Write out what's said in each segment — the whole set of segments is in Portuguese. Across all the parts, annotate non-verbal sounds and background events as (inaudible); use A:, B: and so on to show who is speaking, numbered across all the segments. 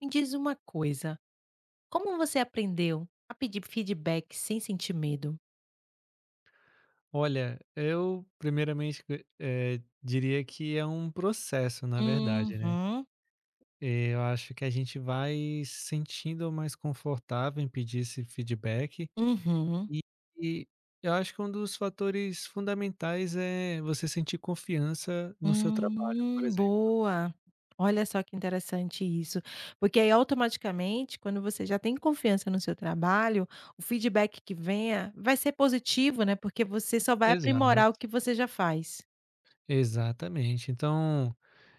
A: Me diz uma coisa, como você aprendeu a pedir feedback sem sentir medo?
B: Olha, eu primeiramente, diria que é um processo, na verdade, né.
A: Uhum,
B: Eu acho que a gente vai se sentindo mais confortável em pedir esse feedback
A: uhum.
B: e e eu acho que um dos fatores fundamentais é você sentir confiança no seu trabalho, por exemplo.
A: Boa. Olha só que interessante isso, porque aí automaticamente quando você já tem confiança no seu trabalho, o feedback que venha vai ser positivo, né, porque você só vai
B: Exato.
A: aprimorar o que você já faz.
B: Exatamente. Então,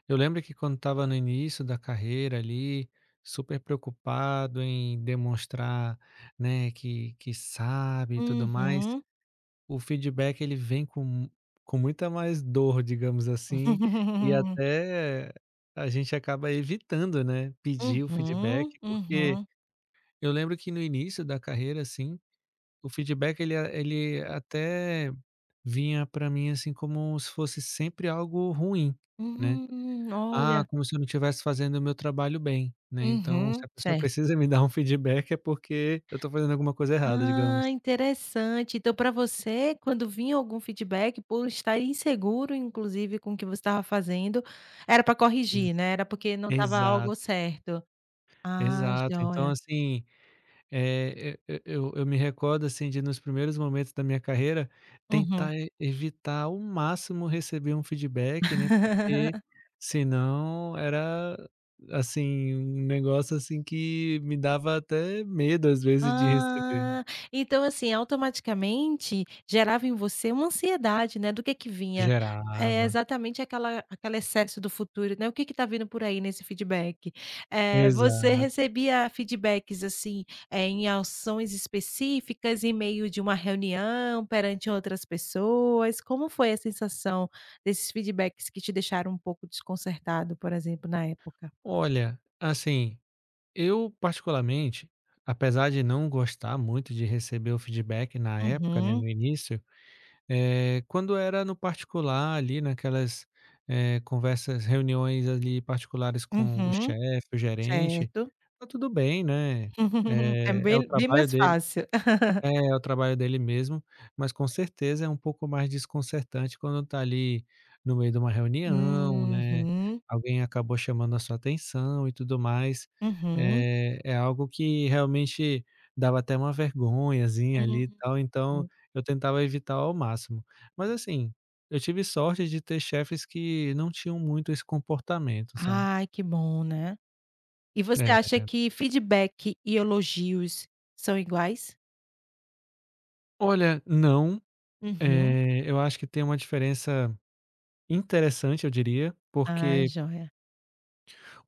B: eu lembro que quando estava no início da carreira ali, super preocupado em demonstrar, né, que sabe e tudo mais,
A: Uhum.
B: o feedback ele vem com muita mais dor, digamos assim, e
A: (laughs)
B: até a gente acaba evitando, né, pedir o feedback,
A: Uhum,
B: porque
A: uhum.
B: eu lembro que no início da carreira, assim, o feedback ele até vinha para mim, assim, como se fosse sempre algo ruim, né. Ah,
A: Olha.
B: como se eu não estivesse fazendo o meu trabalho bem, né, então se
A: Uhum,
B: a pessoa
A: certo.
B: precisa me dar um feedback é porque eu estou fazendo alguma coisa errada, digamos.
A: Ah, interessante. Então, para você, quando vinha algum feedback, por estar inseguro, inclusive, com o que você estava fazendo, era para corrigir,
B: Ex
A: né, era porque não estava
B: exato,
A: algo certo. Ah,
B: exato. Então,
A: joia.
B: assim eu me recordo, assim, de nos primeiros momentos da minha carreira,
A: Uhum.
B: tentar e evitar ao máximo receber um feedback, né,
A: (laughs)
B: porque senão era, assim, um negócio, assim, que me dava até medo, às vezes, de receber.
A: Ah, então assim, automaticamente gerava em você uma ansiedade, né, do que vinha. É
B: Gerava.
A: exatamente aquela aquele excesso do futuro, né, o que que tá vindo por aí nesse feedback. Você
B: Exato.
A: recebia feedbacks, assim, em ações específicas, em meio de uma reunião, perante outras pessoas? Como foi a sensação desses feedbacks que te deixaram um pouco desconcertado, por exemplo, na época?
B: Olha, assim, eu particularmente, apesar de não gostar muito de receber o feedback na época, né,
A: Uhum,
B: no início. Eh, quando era no particular ali, naquelas, conversas, reuniões ali particulares com o
A: uhum,
B: chefe, o gerente,
A: certo.
B: tá tudo bem, né,
A: (laughs) É
B: é o
A: bem bem
B: trabalho
A: mais
B: dele,
A: fácil. (laughs)
B: é o trabalho dele mesmo, mas com certeza é um pouco mais desconcertante quando tá ali no meio de uma reunião, né,
A: Uhum,
B: alguém acabou chamando a sua atenção e tudo mais.
A: uhum,
B: É algo que realmente dava até uma vergonhazinha ali
A: uhum.
B: e tal, então eu tentava evitar ao máximo. Mas assim, eu tive sorte de ter chefes que não tinham muito esse comportamento, sabe.
A: Ai, que bom, né. E você
B: É.
A: acha que feedback e elogios são iguais?
B: Olha, não,
A: Uhum.
B: eu acho que tem uma diferença interessante, eu diria,
A: Ah,
B: porque
A: joia.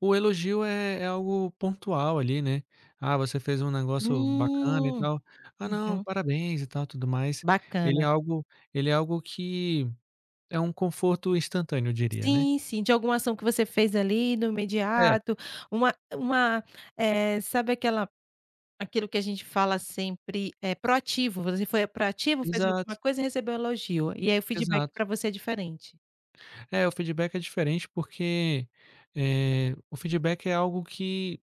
B: o elogio é algo pontual ali, né. "Ah, você fez um negócio bacana e
A: Hum,
B: tal". "Ah, não,
A: uhum.
B: parabéns e tal, tudo mais". Ele é
A: Bacana.
B: algo ele é algo que é um conforto instantâneo, eu diria, né.
A: Sim, sim, de alguma ação que você fez ali no
B: É,
A: imediato, uma uma, sabe aquela aquilo que a gente fala sempre é proativo, você foi proativo, fez
B: exato,
A: alguma coisa e recebeu elogio, e aí o feedback
B: exato.
A: para você é diferente.
B: É, o feedback é diferente porque, o feedback é algo que,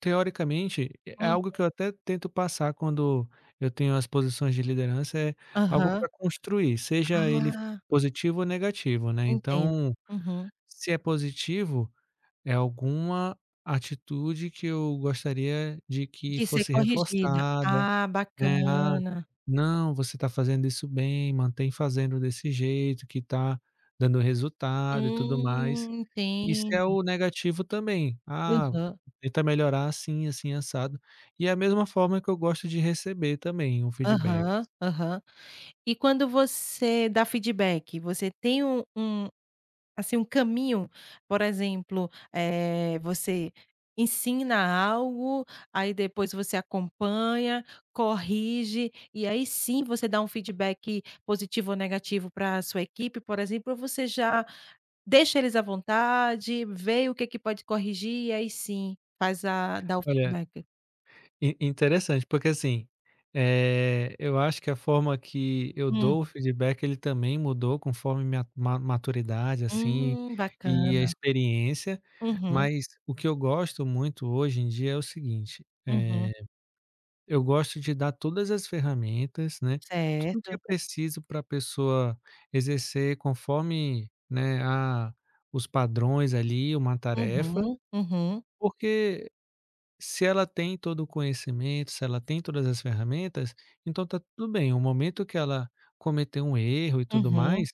B: teoricamente, é
A: Hum,
B: algo que eu até tento passar quando eu tenho as posições de liderança, é algo
A: aham.
B: para construir, seja ele
A: Ah,
B: positivo ou negativo, né.
A: entendo.
B: Então
A: Uhum.
B: se é positivo, é alguma atitude que eu gostaria de que
A: De ser
B: fosse
A: corrigida.
B: reforçada,
A: Ah,
B: né, "Ah,
A: bacana.
B: não, você está fazendo isso bem, mantém fazendo desse jeito que está dando resultado e tudo mais". Isso é
A: Entendo.
B: o negativo também, "Ah,
A: Aham.
B: tenta melhorar assim, assim, assado". E é a mesma forma que eu gosto de receber também um feedback.
A: Aham, aham. E quando você dá feedback, você tem assim, um caminho, por exemplo, você ensina algo, aí depois você acompanha, corrige, e aí sim você dá um feedback positivo ou negativo para a sua equipe, por exemplo, ou você já deixa eles à vontade, vê o que é que pode corrigir e aí sim faz a dá o
B: Olha,
A: feedback?
B: In interessante, porque assim, eu acho que a forma que eu
A: Hum,
B: dou o feedback, ele também mudou conforme minha ma maturidade, assim, e a
A: bacana.
B: experiência,
A: Uhum,
B: mas o que eu gosto muito hoje em dia é o seguinte,
A: uhum,
B: eu gosto de dar todas as ferramentas, né, tudo que é
A: certo.
B: preciso para a pessoa exercer conforme, né, a os padrões ali, uma tarefa,
A: Uhum, uhum,
B: porque se ela tem todo o conhecimento, se ela tem todas as ferramentas, então tá tudo bem. O momento que ela cometeu um erro e tudo
A: uhum.
B: mais,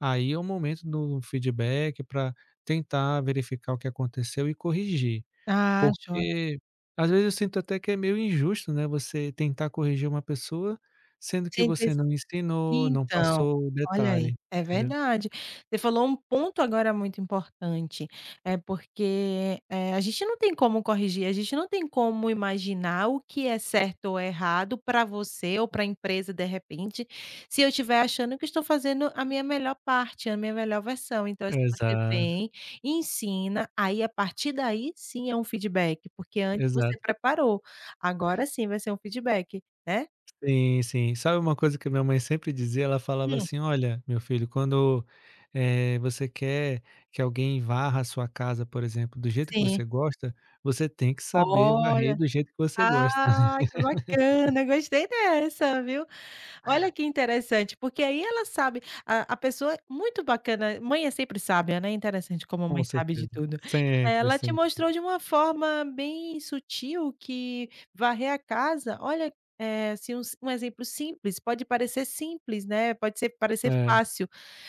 B: aí é o momento do feedback para tentar verificar o que aconteceu e corrigir.
A: Ah, joia.
B: Porque às vezes eu sinto até que é meio injusto, né, você tentar corrigir uma pessoa, sendo que
A: Sem ter
B: você não ensinou, não
A: Então,
B: passou o
A: olha aí,
B: detalhe,
A: é
B: entendeu?
A: verdade. Você falou um ponto agora muito importante, é porque, a gente não tem como corrigir, a gente não tem como imaginar o que é certo ou errado para você ou para a empresa de repente, se eu estiver achando que estou fazendo a minha melhor parte, a minha melhor versão. Então assim, você
B: Exato,
A: vem, ensina, aí a partir daí sim é um feedback, porque antes você
B: exato.
A: preparou, agora sim vai ser um feedback, né?
B: Sim, sim. Sabe uma coisa que minha mãe sempre dizia? Ela falava
A: Hum,
B: assim: "Olha, meu filho, quando, você quer que alguém varra a sua casa, por exemplo, do jeito que
A: sim.
B: você gosta, você tem que saber
A: Olha.
B: varrer do jeito que você gosta". (laughs)
A: Ai, que bacana, gostei dessa, viu. Olha que interessante, porque aí ela sabe a pessoa é muito bacana, mãe é sempre sábia, né, interessante como a
B: Com
A: mãe sabe de
B: certeza.
A: tudo.
B: Sempre,
A: Ela te
B: sempre.
A: mostrou de uma forma bem sutil que varrer a casa, olha, assim, um um exemplo simples, pode parecer simples, né, pode ser parecer
B: É,
A: fácil,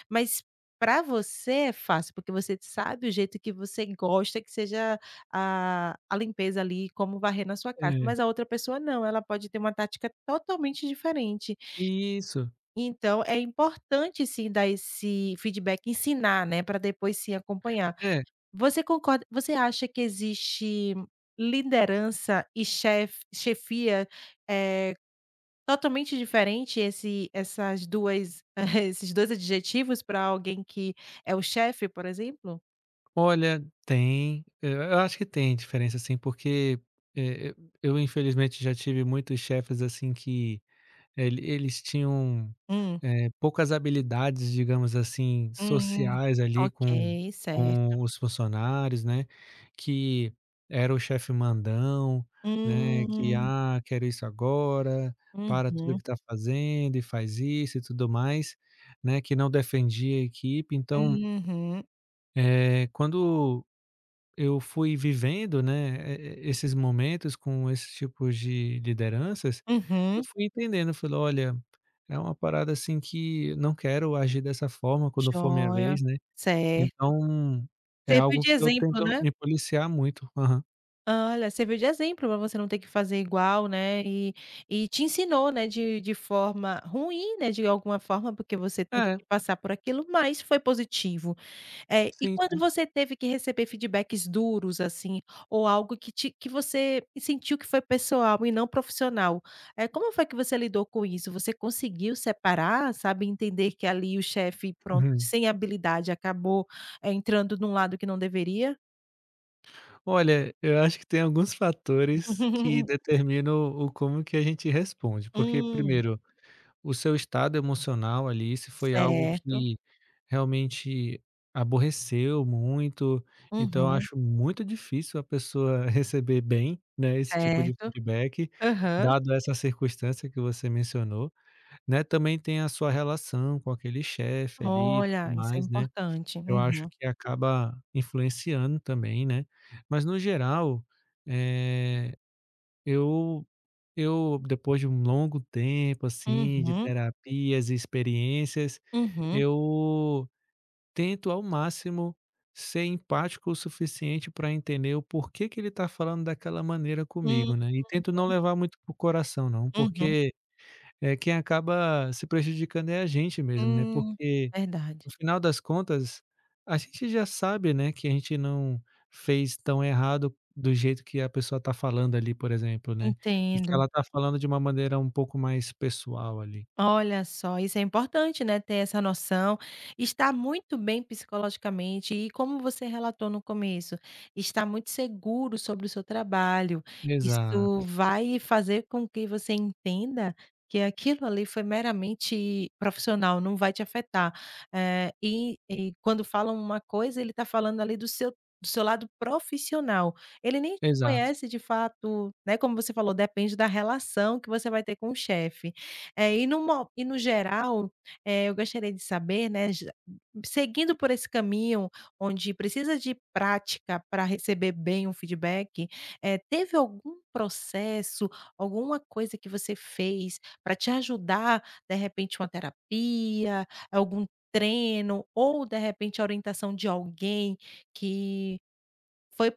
A: mas para você é fácil, porque você sabe o jeito que você gosta que seja a limpeza ali, como varrer na sua casa,
B: é.
A: mas a outra pessoa não, ela pode ter uma tática totalmente diferente.
B: Isso.
A: Então, é importante sim dar esse feedback, ensinar, né, para depois sim acompanhar.
B: É,
A: Você concorda você acha que existe liderança e chefia, eh, totalmente diferente esse essas 2 (laughs) esses 2 adjetivos para alguém que é o chefe, por exemplo?
B: olha, tem. Eu acho que tem diferença assim porque, eh, eu eu infelizmente já tive muitos chefes, assim, que eles tinham,
A: Hum,
B: poucas habilidades, digamos assim,
A: hum,
B: sociais ali
A: ok, certo.
B: com os funcionários, né, que era o chefe mandão, né, que:
A: Hum,
B: "Ah, quero isso agora, para tudo
A: uhum,
B: que está fazendo e faz isso e tudo mais", né, que não defendia a equipe. Então,
A: uhum,
B: quando eu fui vivendo, né, esses momentos com esses tipos de lideranças, eu
A: uhum,
B: fui entendendo, eu falei: "Olha, é uma parada, assim, que não quero agir dessa forma quando for minha
A: joia,
B: vez, né".
A: certo.
B: Então, é
A: Serviu
B: algo
A: de
B: que eu
A: exemplo,
B: tento
A: né?
B: me policiar muito. Aham.
A: Olha, serviu de exemplo para você não ter que fazer igual, né, e te ensinou, né, de forma ruim, né, de alguma forma, porque você teve
B: É,
A: que passar por aquilo, mas foi positivo. E
B: sim,
A: quando
B: sim.
A: você teve que receber feedbacks duros, assim, ou algo que você sentiu que foi pessoal e não profissional, como foi que você lidou com isso? Você conseguiu separar, sabe, entender que ali o chefe, pronto,
B: Uhum.
A: sem habilidade acabou, entrando num lado que não deveria?
B: Olha, eu acho que tem alguns fatores que
A: (laughs)
B: determinam o como que a gente responde, porque
A: Hum.
B: primeiro o seu estado emocional ali, se foi algo
A: Certo.
B: que realmente aborreceu muito, então eu
A: Uhum.
B: acho muito difícil a pessoa (laughs) receber bem, né, esse tipo de
A: Certo.
B: feedback,
A: Aham.
B: dado essa circunstância que você mencionou, né. Também tem a sua relação com aquele chefe ali e tudo
A: Olha, isso é
B: mais, né,
A: importante.
B: eu acho
A: Uhum.
B: que acaba influenciando também, né. Mas no geral, eh, eu eu, depois de um longo tempo, assim, de
A: Uhum.
B: terapias e experiências,
A: Uhum.
B: eu tento ao máximo ser empático o suficiente para entender o porquê que ele está falando daquela maneira
A: Hum.
B: comigo, né. E tento não levar muito pro coração não,
A: Uhum.
B: porque é quem acaba se prejudicando é a gente mesmo, né,
A: Hum.
B: porque
A: Verdade.
B: no final das contas, a gente já sabe, né, que a gente não fez tão errado do jeito que a pessoa está falando ali, por exemplo, né, e que
A: Entendo.
B: ela está falando de uma maneira um pouco mais pessoal ali.
A: Olha só, isso é importante, né, ter essa noção, estar muito bem psicologicamente e como você relatou no começo, estar muito seguro sobre o seu trabalho. Isso
B: Exato,
A: vai fazer com que você entenda que aquilo ali foi meramente profissional, não vai te afetar. E e quando falam uma coisa, ele está falando ali do seu lado profissional. Ele nem te
B: exato.
A: conhece de fato, né, como você falou, depende da relação que você vai ter com o chefe. É, e no mo e no geral, eu gostaria de saber, né, já seguindo por esse caminho onde precisa de prática para receber bem um feedback, teve algum processo, alguma coisa que você fez para te ajudar, de repente uma terapia, algum treino ou de repente a orientação de alguém que foi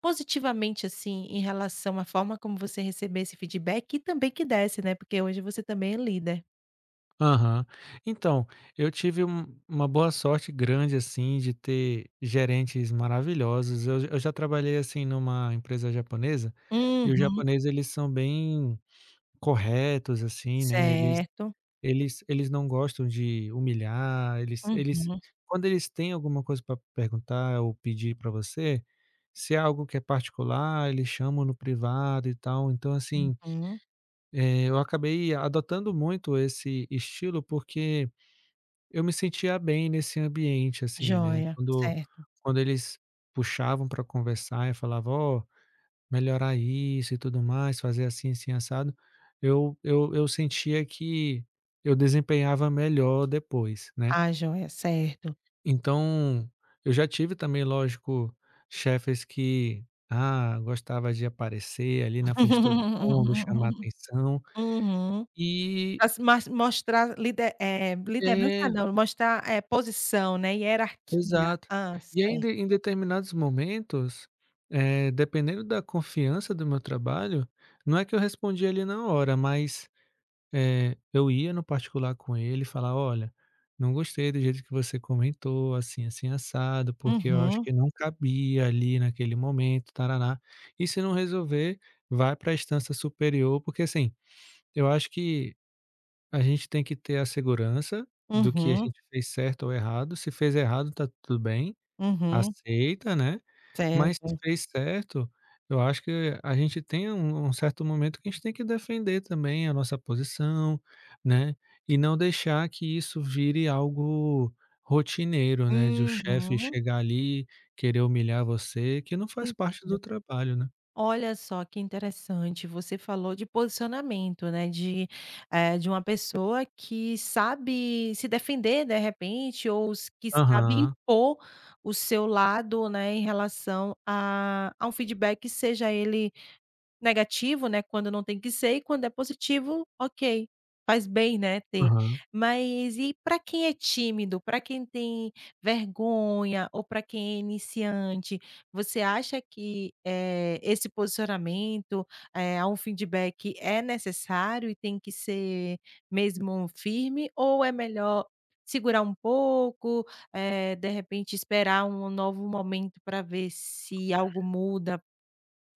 A: positivamente, assim, em relação à forma como você recebeu esse feedback e também que desse, né, porque hoje você também é líder?
B: Aham. Então, eu tive uma boa sorte grande, assim, de ter gerentes maravilhosos. Eu já trabalhei, assim, numa empresa japonesa, e os
A: Uhum.
B: japoneses eles são bem corretos, assim, né, eles
A: Certo.
B: Eles eles não gostam de humilhar, eles eles
A: Uhum,
B: quando eles têm alguma coisa para perguntar ou pedir para você, se é algo que é particular, eles chamam no privado e tal. Então, assim,
A: uhum.
B: eu acabei adotando muito esse estilo, porque eu me sentia bem nesse ambiente, assim, né.
A: Joia,
B: Quando
A: certo.
B: quando eles puxavam para conversar e falava: "Ó, melhorar isso e tudo mais, fazer assim, assim, assado". Eu sentia que eu desempenhava melhor depois, né.
A: Ah, joia, certo.
B: Então, eu já tive também, lógico, chefes que, ah, gostava de aparecer ali na frente de todo mundo, chamar
A: (laughs)
B: atenção
A: Uhum.
B: e
A: Mas mostrar liderança
B: é,
A: não, mostrar, posição, né, hierarquia.
B: exato.
A: Ah,
B: E
A: certo.
B: ainda em determinados momentos, dependendo da confiança do meu trabalho, não é que eu respondia ali na hora, mas eu ia no particular com ele e falar: "Olha, não gostei do jeito que você comentou, assim, assim, assado, porque eu acho
A: Uhum,
B: que não cabia ali naquele momento, taraná". E se não resolver, vai para a instância superior, porque assim, eu acho que a gente tem que ter a segurança do que a
A: uhum,
B: gente fez certo ou errado. Se fez errado, tá tudo bem,
A: uhum.
B: aceita, né? Mas se
A: Certo.
B: fez certo, eu acho que a gente tem um certo momento que a gente tem que defender também a nossa posição, né, e não deixar que isso vire algo rotineiro, né, de o chefe
A: Uhum,
B: chegar ali, querer humilhar você, que não faz parte
A: entendo.
B: do trabalho, né.
A: Olha só que interessante, você falou de posicionamento, né, de uma pessoa que sabe se defender, de repente, ou s que sabe
B: Aham,
A: impor o seu lado, né, em relação a um feedback, seja ele negativo, né, quando não tem que ser e quando é positivo, ok, faz bem, né, ter.
B: aham.
A: Mas e para quem é tímido, para quem tem vergonha ou para quem é iniciante, você acha que, esse posicionamento, um feedback é necessário e tem que ser mesmo firme ou é melhor segurar um pouco, de repente esperar um novo momento para ver se algo muda?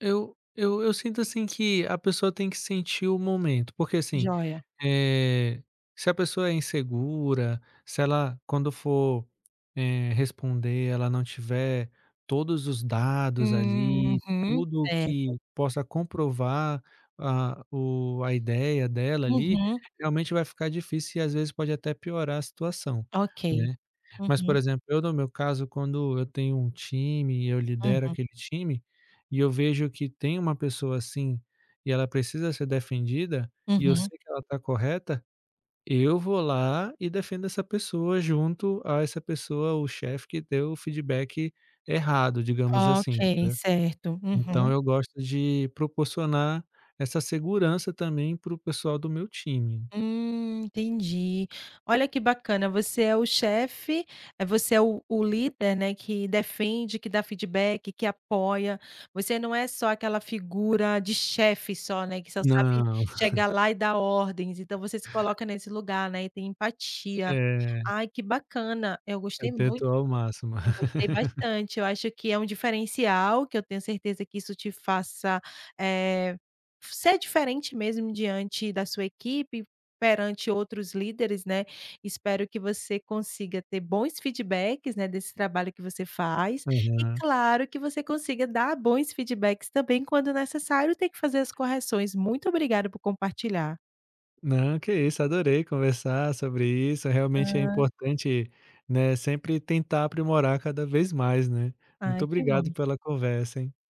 B: Eu sinto, assim, que a pessoa tem que sentir o momento, porque, assim,
A: Joia.
B: eh, se a pessoa é insegura, se ela quando for, responder, ela não tiver todos os dados ali,
A: Uhum,
B: tudo
A: certo.
B: que possa comprovar a ideia dela ali,
A: Uhum,
B: realmente vai ficar difícil e às vezes pode até piorar a situação,
A: ok.
B: né. Mas, por
A: Uhum,
B: exemplo, eu no meu caso, quando eu tenho um time e eu lidero
A: uhum,
B: aquele time, e eu vejo que tem uma pessoa assim, e ela precisa ser defendida, e eu
A: uhum.
B: sei que ela está correta, eu vou lá e defendo essa pessoa junto a essa pessoa, o chefe que deu o feedback errado, digamos assim,
A: Ok,
B: entendeu.
A: certo.
B: Então
A: Uhum.
B: eu gosto de proporcionar essa segurança também para o pessoal do meu time.
A: Entendi. Olha que bacana, você é o chefe, você é o líder, né, que defende, que dá feedback, que apoia. Você não é só aquela figura de chefe só, né, que só sabe
B: Não, (laughs)
A: chegar lá e dar ordens, então você se coloca nesse lugar, né, e tem empatia.
B: é,
A: Ai, que bacana, eu
B: eu
A: gostei muito.
B: tento ao máximo.
A: Eu gostei bastante, eu acho que é um diferencial, que eu tenho certeza que isso te faça, eh, ser diferente mesmo diante da sua equipe, perante outros líderes, né. Espero que você consiga ter bons feedbacks, né, desse trabalho que você faz e
B: (laughs)
A: claro que você consiga dar bons feedbacks também quando necessário, ter que fazer as correções. Muito obrigada por compartilhar.
B: Não, que isso, adorei conversar sobre isso. Realmente é importante, né, sempre tentar aprimorar cada vez mais, né.
A: Ah,
B: Muito
A: ai que
B: obrigado
A: bom.
B: pela conversa, hein.